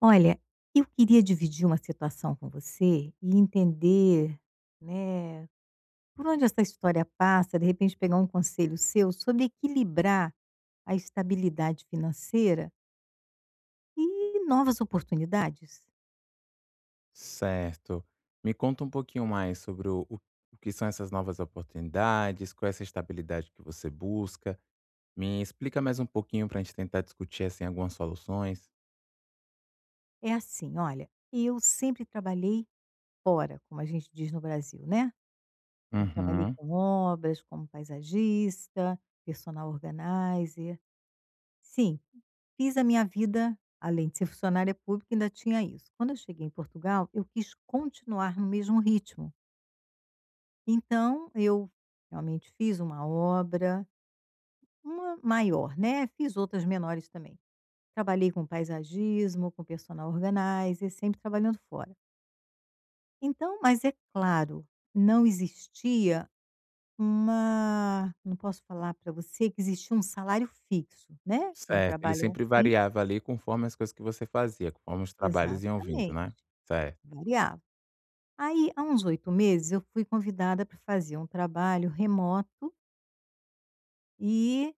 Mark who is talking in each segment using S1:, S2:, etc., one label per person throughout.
S1: Olha, eu queria dividir uma situação com você e entender, né, por onde essa história passa, de repente pegar um conselho seu sobre equilibrar a estabilidade financeira e novas oportunidades.
S2: Certo. Me conta um pouquinho mais sobre o que são essas novas oportunidades, qual é essa estabilidade que você busca. Me explica mais um pouquinho para a gente tentar discutir assim, algumas soluções.
S1: É assim, olha, eu sempre trabalhei fora, como a gente diz no Brasil, né? Sempre trabalhei
S2: Uhum.
S1: com obras, como paisagista, personal organizer. Sim. Fiz a minha vida, além de ser funcionária pública, ainda tinha isso. Quando eu cheguei em Portugal, eu quis continuar no mesmo ritmo. Então, eu realmente fiz uma obra, uma maior, né? Fiz outras menores também. Trabalhei com paisagismo, com personal organizer, sempre trabalhando fora. Então, mas é claro, não existia uma. Não posso falar para você que existia um salário fixo, né? Quem
S2: Certo. Ele
S1: trabalha
S2: sempre
S1: assim,
S2: variava ali conforme as coisas que você fazia, conforme os trabalhos iam vindo,
S1: exatamente,
S2: né? Certo.
S1: variava. Aí, há uns 8 meses, eu fui convidada para fazer um trabalho remoto e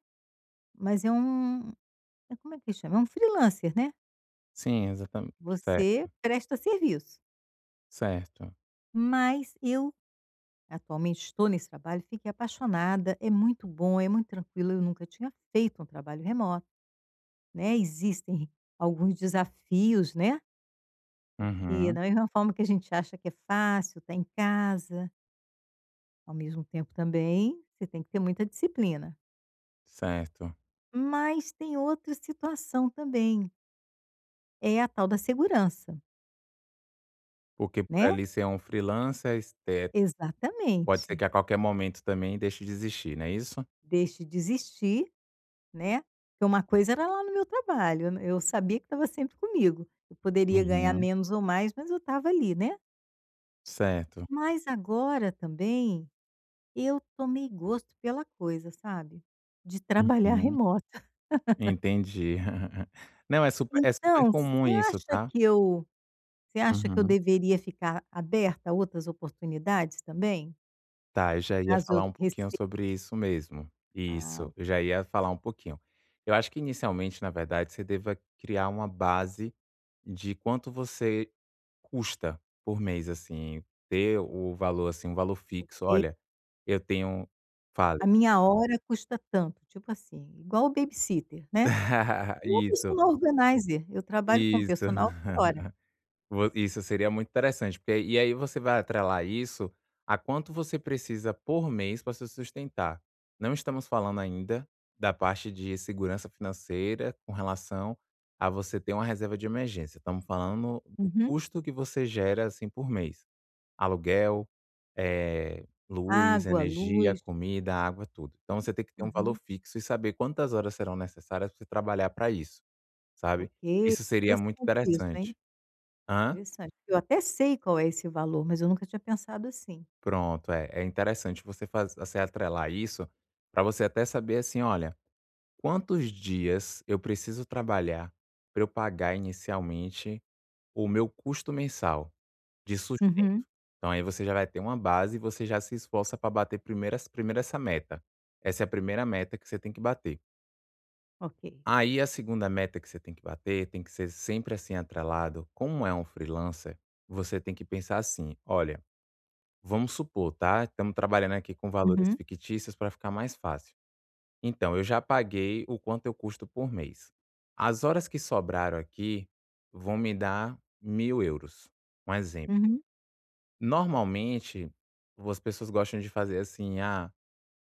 S1: mas é um é como é que chama? É um freelancer, né,
S2: Sim, exatamente.
S1: você
S2: Certo.
S1: presta serviço.
S2: Certo.
S1: Mas eu atualmente estou nesse trabalho, fiquei apaixonada, é muito bom, é muito tranquilo, eu nunca tinha feito um trabalho remoto, né, existem alguns desafios, né, porque
S2: Uhum.
S1: da mesma forma que a gente acha que é fácil, tá em casa, ao mesmo tempo também, você tem que ter muita disciplina.
S2: Certo.
S1: Mas tem outra situação também, é a tal da segurança,
S2: Porque por
S1: né.
S2: ali ser um freelancer, pode ser que
S1: Exatamente.
S2: a qualquer momento também deixe de existir, não é isso?
S1: Deixe de desistir, né, porque uma coisa era lá no meu trabalho, eu sabia que estava sempre comigo, eu poderia ganhar
S2: Uhum.
S1: menos ou mais, mas eu estava ali, né.
S2: Certo.
S1: Mas agora também, eu tomei gosto pela coisa, sabe, de trabalhar
S2: Uhum,
S1: remota.
S2: entendi. Não, é super
S1: Então,
S2: comum
S1: você
S2: isso,
S1: acha
S2: tá.
S1: que eu você acha que eu
S2: Uhum.
S1: deveria ficar aberta a outras oportunidades também?
S2: Tá, eu já ia
S1: Caso eu
S2: falar um pouquinho
S1: rece
S2: sobre isso mesmo.
S1: Ah,
S2: Isso,
S1: ok.
S2: eu já ia falar um pouquinho. Eu acho que inicialmente, na verdade, você deva criar uma base de quanto você custa por mês, assim, ter o valor, assim, um valor fixo. "Olha, eu tenho"
S1: "A
S2: fale.
S1: minha hora custa tanto", tipo assim, igual o babysitter, né. Ou o
S2: Isso,
S1: personal organizer, eu trabalho com
S2: isso.
S1: personal por hora.
S2: Vo isso seria muito interessante, porque e aí você vai atrelar isso a quanto você precisa por mês para se sustentar. Não estamos falando ainda da parte de segurança financeira com relação a você ter uma reserva de emergência, estamos falando do
S1: Uhum.
S2: custo que você gera, assim, por mês. Aluguel, eh, luz,
S1: Água,
S2: energia,
S1: luz,
S2: comida, água, tudo. Então você tem que ter um valor
S1: uhum.
S2: fixo e saber quantas horas serão necessárias para você trabalhar para isso, sabe.
S1: Ok,
S2: Isso seria muito
S1: interessante isso, hein,
S2: interessante. Hã?
S1: interessante. Eu até sei qual é esse valor, mas eu nunca tinha pensado assim.
S2: Pronto, é interessante você atrelar isso para você até saber assim: "Olha, quantos dias eu preciso trabalhar para eu pagar inicialmente o meu custo mensal de sustento?".
S1: Uhum.
S2: Então aí você já vai ter uma base e você já se esforça para bater primeiro essa meta. Essa é a primeira meta que você tem que bater.
S1: Ok.
S2: Aí a segunda meta que você tem que bater tem que ser sempre assim atrelado como é um freelancer, você tem que pensar assim: "Olha". Vamos supor, tá, estamos trabalhando aqui com valores
S1: Uhum,
S2: fictícios para ficar mais fácil. Então, eu já paguei o quanto eu custo por mês. As horas que sobraram aqui vão me dar 1.000 euros. Um exemplo.
S1: uhum.
S2: Normalmente, as pessoas gostam de fazer assim: "Ah",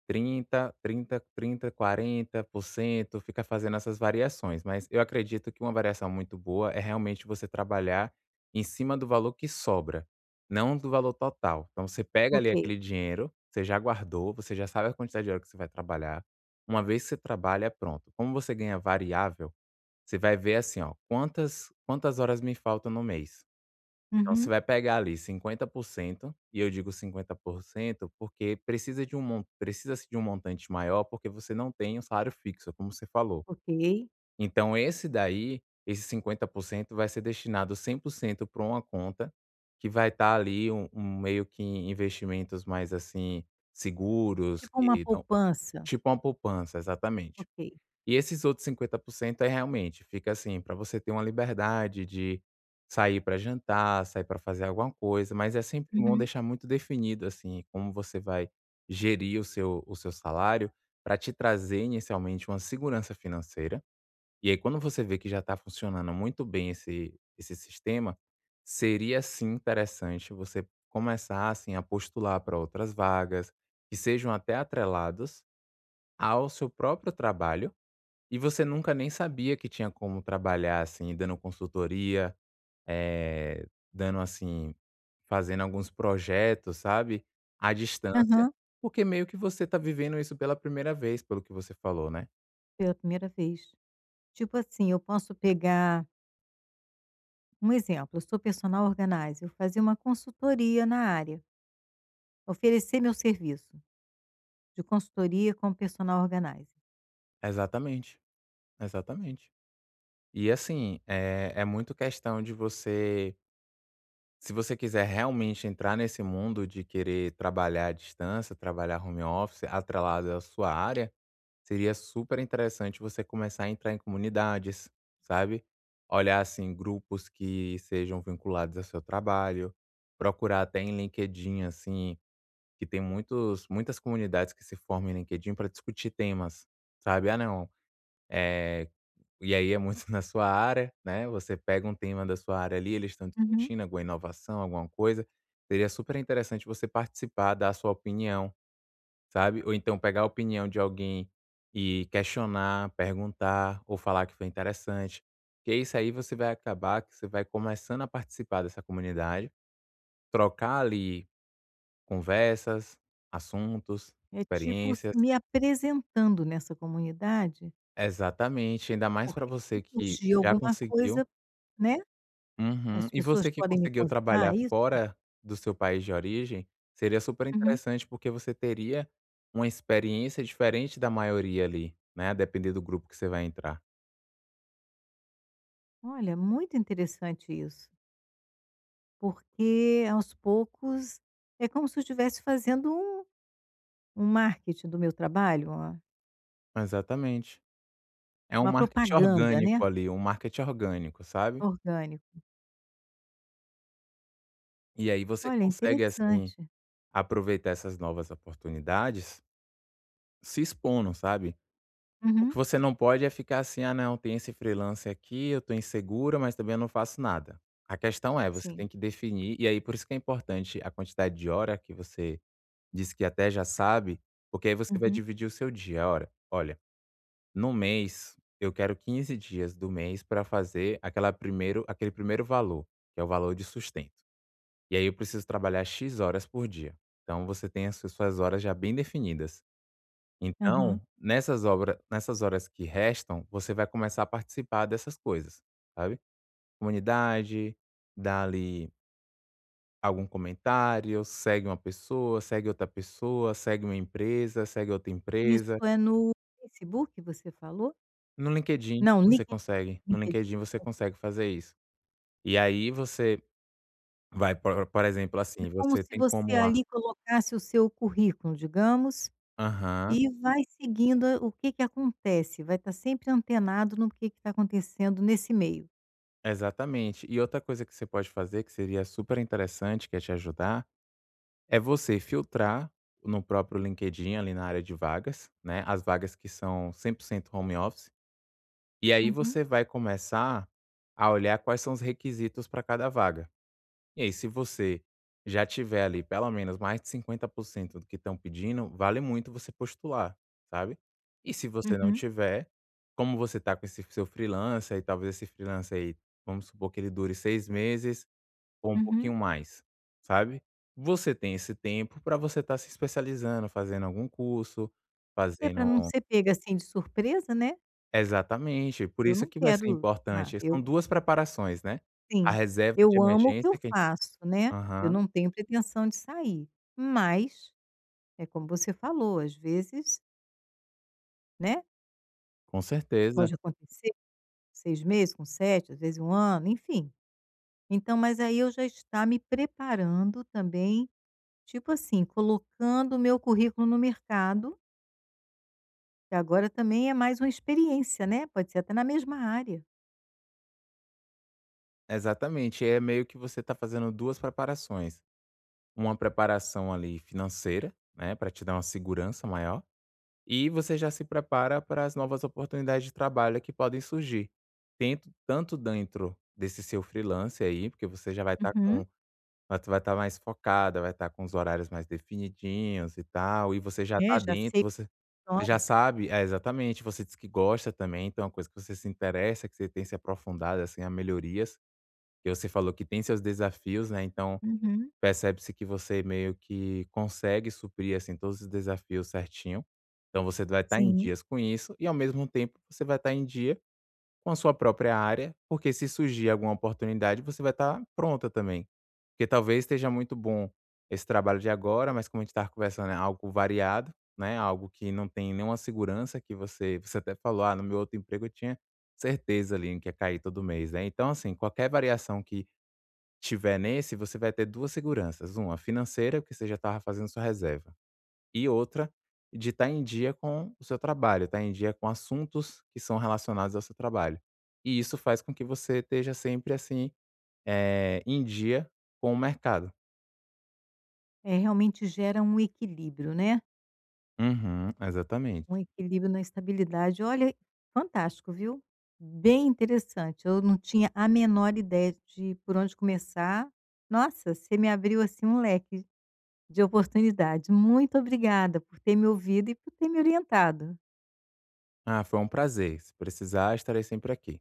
S2: 30, 30, 30, 40%, fica fazendo essas variações, mas eu acredito que uma variação muito boa é realmente você trabalhar em cima do valor que sobra, não do valor total. Então você pega ali
S1: Ok.
S2: aquele dinheiro, você já guardou, você já sabe a quantidade de hora que você vai trabalhar. Uma vez que você trabalha, pronto. Como você ganha variável, você vai ver assim, ó, quantas horas me faltam no mês. Então você
S1: Uhum.
S2: vai pegar ali 50% e eu digo 50% porque precisa-se de um montante maior, porque você não tem um salário fixo, como você falou.
S1: Ok.
S2: Então esse daí, esse 50% vai ser destinado 100% para uma conta, que vai estar ali um meio que em investimentos mais, assim, seguros,
S1: Tipo uma
S2: que não
S1: poupança.
S2: tipo uma poupança, exatamente.
S1: Ok.
S2: E esses outros 50% é realmente, fica assim, para você ter uma liberdade de sair para jantar, sair para fazer alguma coisa, mas é sempre bom
S1: Uhum.
S2: deixar muito definido, assim, como você vai gerir o seu salário para te trazer inicialmente uma segurança financeira. E aí quando você vê que já está funcionando muito bem esse sistema, seria sim interessante você começar, assim, a postular para outras vagas, que sejam até atreladas ao seu próprio trabalho e você nunca nem sabia que tinha como trabalhar, assim, dando consultoria, eh, dando, assim, fazendo alguns projetos, sabe, à distância,
S1: Aham.
S2: porque meio que você tá vivendo isso pela primeira vez, pelo que você falou, né.
S1: Pela primeira vez. Tipo assim, eu posso pegar um exemplo, eu sou personal organizer, eu fazia uma consultoria na área, oferecer meu serviço de consultoria como personal organizer.
S2: Exatamente, exatamente. E assim, é muito questão de você se você quiser realmente entrar nesse mundo de querer trabalhar à distância, trabalhar home office atrelado à sua área. Seria super interessante você começar a entrar em comunidades, sabe? Olhar assim grupos que sejam vinculados ao seu trabalho, procurar até em LinkedIn assim, que tem muitos muitas comunidades que se formam em LinkedIn para discutir temas, sabe? Ah, não, eh, e aí é muito na sua área, né? Você pega um tema da sua área ali, eles estão
S1: Uhum.
S2: discutindo alguma inovação, alguma coisa. Seria super interessante você participar, dar a sua opinião, sabe, ou então pegar a opinião de alguém e questionar, perguntar ou falar que foi interessante, que isso aí você vai acabar que você vai começando a participar dessa comunidade, trocar ali conversas, assuntos,
S1: É tipo s
S2: experiências.
S1: me apresentando nessa comunidade,
S2: Exatamente, ainda mais para
S1: porque se
S2: você que
S1: surgir
S2: já
S1: alguma
S2: conseguiu.
S1: coisa, né,
S2: Uhum.
S1: as
S2: E
S1: pessoas
S2: você que
S1: podem me
S2: conseguiu
S1: convidar,
S2: trabalhar
S1: é isso?
S2: fora do seu país de origem, seria super
S1: Uhum.
S2: interessante, porque você teria uma experiência diferente da maioria ali, né, a depender do grupo que você vai entrar.
S1: Olha, é muito interessante isso, porque aos poucos é como se eu estivesse fazendo um marketing do meu trabalho, uma
S2: Exatamente. É um
S1: uma
S2: marketing
S1: propaganda, né,
S2: orgânico ali, um marketing orgânico, sabe.
S1: orgânica.
S2: E aí você
S1: Olha,
S2: consegue, assim,
S1: interessante.
S2: aproveitar essas novas oportunidades se expondo, sabe. O que
S1: Uhum.
S2: você não pode é ficar assim: "Ah não, tem esse freelance aqui, eu tô insegura, mas também eu não faço nada". A questão é, você
S1: Sim.
S2: tem que definir e aí por isso que é importante a quantidade de hora que você disse que até já sabe, porque aí você vai
S1: Uhum.
S2: dividir o seu dia: "Ora, olha, no mês, eu quero 15 dias do mês para fazer aquela primeiro aquele primeiro valor, que é o valor de sustento. E aí eu preciso trabalhar 'X' horas por dia". Então você tem as suas horas já bem definidas.
S1: Aham.
S2: Então, nessas horas que restam, você vai começar a participar dessas coisas, sabe. Comunidade, dá ali algum comentário, segue uma pessoa, segue outra pessoa, segue uma empresa, segue outra empresa.
S1: Isso é no Facebook, você falou?
S2: No LinkedIn
S1: Não,
S2: você
S1: LinkedIn,
S2: consegue, no
S1: LinkedIn.
S2: LinkedIn você
S1: Ok.
S2: consegue fazer isso. E aí você vai, por exemplo,
S1: É
S2: assim,
S1: como
S2: você
S1: se
S2: tem como
S1: você
S2: lá.
S1: ali colocasse o seu currículo, digamos,
S2: Aham,
S1: e vai seguindo o que que acontece, vai estar sempre antenado no que está acontecendo nesse meio.
S2: exatamente. E outra coisa que você pode fazer, que seria super interessante, que é te ajudar, é você filtrar no próprio LinkedIn, ali na área de vagas, né, as vagas que são 100% home office, e aí
S1: Uhum,
S2: você vai começar a olhar quais são os requisitos para cada vaga. E aí, se você já tiver ali pelo menos mais de 50% do que estão pedindo, vale muito você postular, sabe? E se você não
S1: uhum,
S2: tiver, como você tá com esse seu freelancer e talvez esse freelancer aí, vamos supor que ele dure 6 meses ou um pouquinho
S1: uhum.
S2: mais, sabe? Você tem esse tempo para você estar se especializando, fazendo algum curso,
S1: É para não
S2: fazendo.
S1: ser pega, assim, de surpresa, né.
S2: Exatamente, por
S1: Eu
S2: isso
S1: não
S2: que vai ser
S1: quero, ah,
S2: importante. São
S1: eu...
S2: duas preparações, né? A
S1: Sim,
S2: reserva de
S1: eu amo o que eu
S2: emergência que a gente.
S1: faço, né, eu
S2: Aham,
S1: não tenho pretensão de sair, mas é como você falou, às vezes, né,
S2: com certeza.
S1: pode acontecer com 6 meses, com 7, às vezes um ano, enfim. Então, mas aí eu já está me preparando também, tipo assim, colocando o meu currículo no mercado, que agora também é mais uma experiência, né, pode ser até na mesma área.
S2: Exatamente, é meio que você está fazendo 2 preparações, uma preparação ali financeira, né, para te dar uma segurança maior, e você já se prepara para as novas oportunidades de trabalho que podem surgir. Tento tanto dentro desse seu freelance aí, porque você já vai estar
S1: Uhum.
S2: vai estar mais focada, vai estar com os horários mais definidinhos e tal, e você já está
S1: É, já
S2: dentro,
S1: sei que
S2: você já
S1: funciona.
S2: sabe é, exatamente, você diz que gosta também, então é uma coisa que você se interessa, que você tem se aprofundado, assim, a melhorias. E você falou que tem seus desafios, né, então
S1: Uhum.
S2: percebe-se que você meio que consegue suprir, assim, todos os desafios certinho. Então você vai estar em
S1: Sim,
S2: dias com isso e, ao mesmo tempo, você vai estar em dia com a sua própria área, porque se surgir alguma oportunidade, você vai estar pronta também. Porque talvez esteja muito bom esse trabalho de agora, mas como a gente estava conversando, é algo variado, né, algo que não tem nenhuma segurança que você até falou: "Ah, no meu outro emprego eu tinha certeza ali que ia cair todo mês", né. Então, assim, qualquer variação que tiver nesse, você vai ter 2 seguranças, uma financeira, porque você já estava fazendo sua reserva, e outra de estar em dia com o seu trabalho, estar em dia com assuntos que são relacionados ao seu trabalho. E isso faz com que você esteja sempre, assim, em dia com o mercado.
S1: é realmente gera um equilíbrio, né.
S2: Uhum, exatamente.
S1: Um equilíbrio na estabilidade. Olha, fantástico, viu? Bem interessante. Eu não tinha a menor ideia de por onde começar. Nossa, você me abriu assim um leque de oportunidade. Muito obrigada por ter me ouvido e por ter me orientado.
S2: Ah, foi um prazer, se precisar estarei sempre aqui.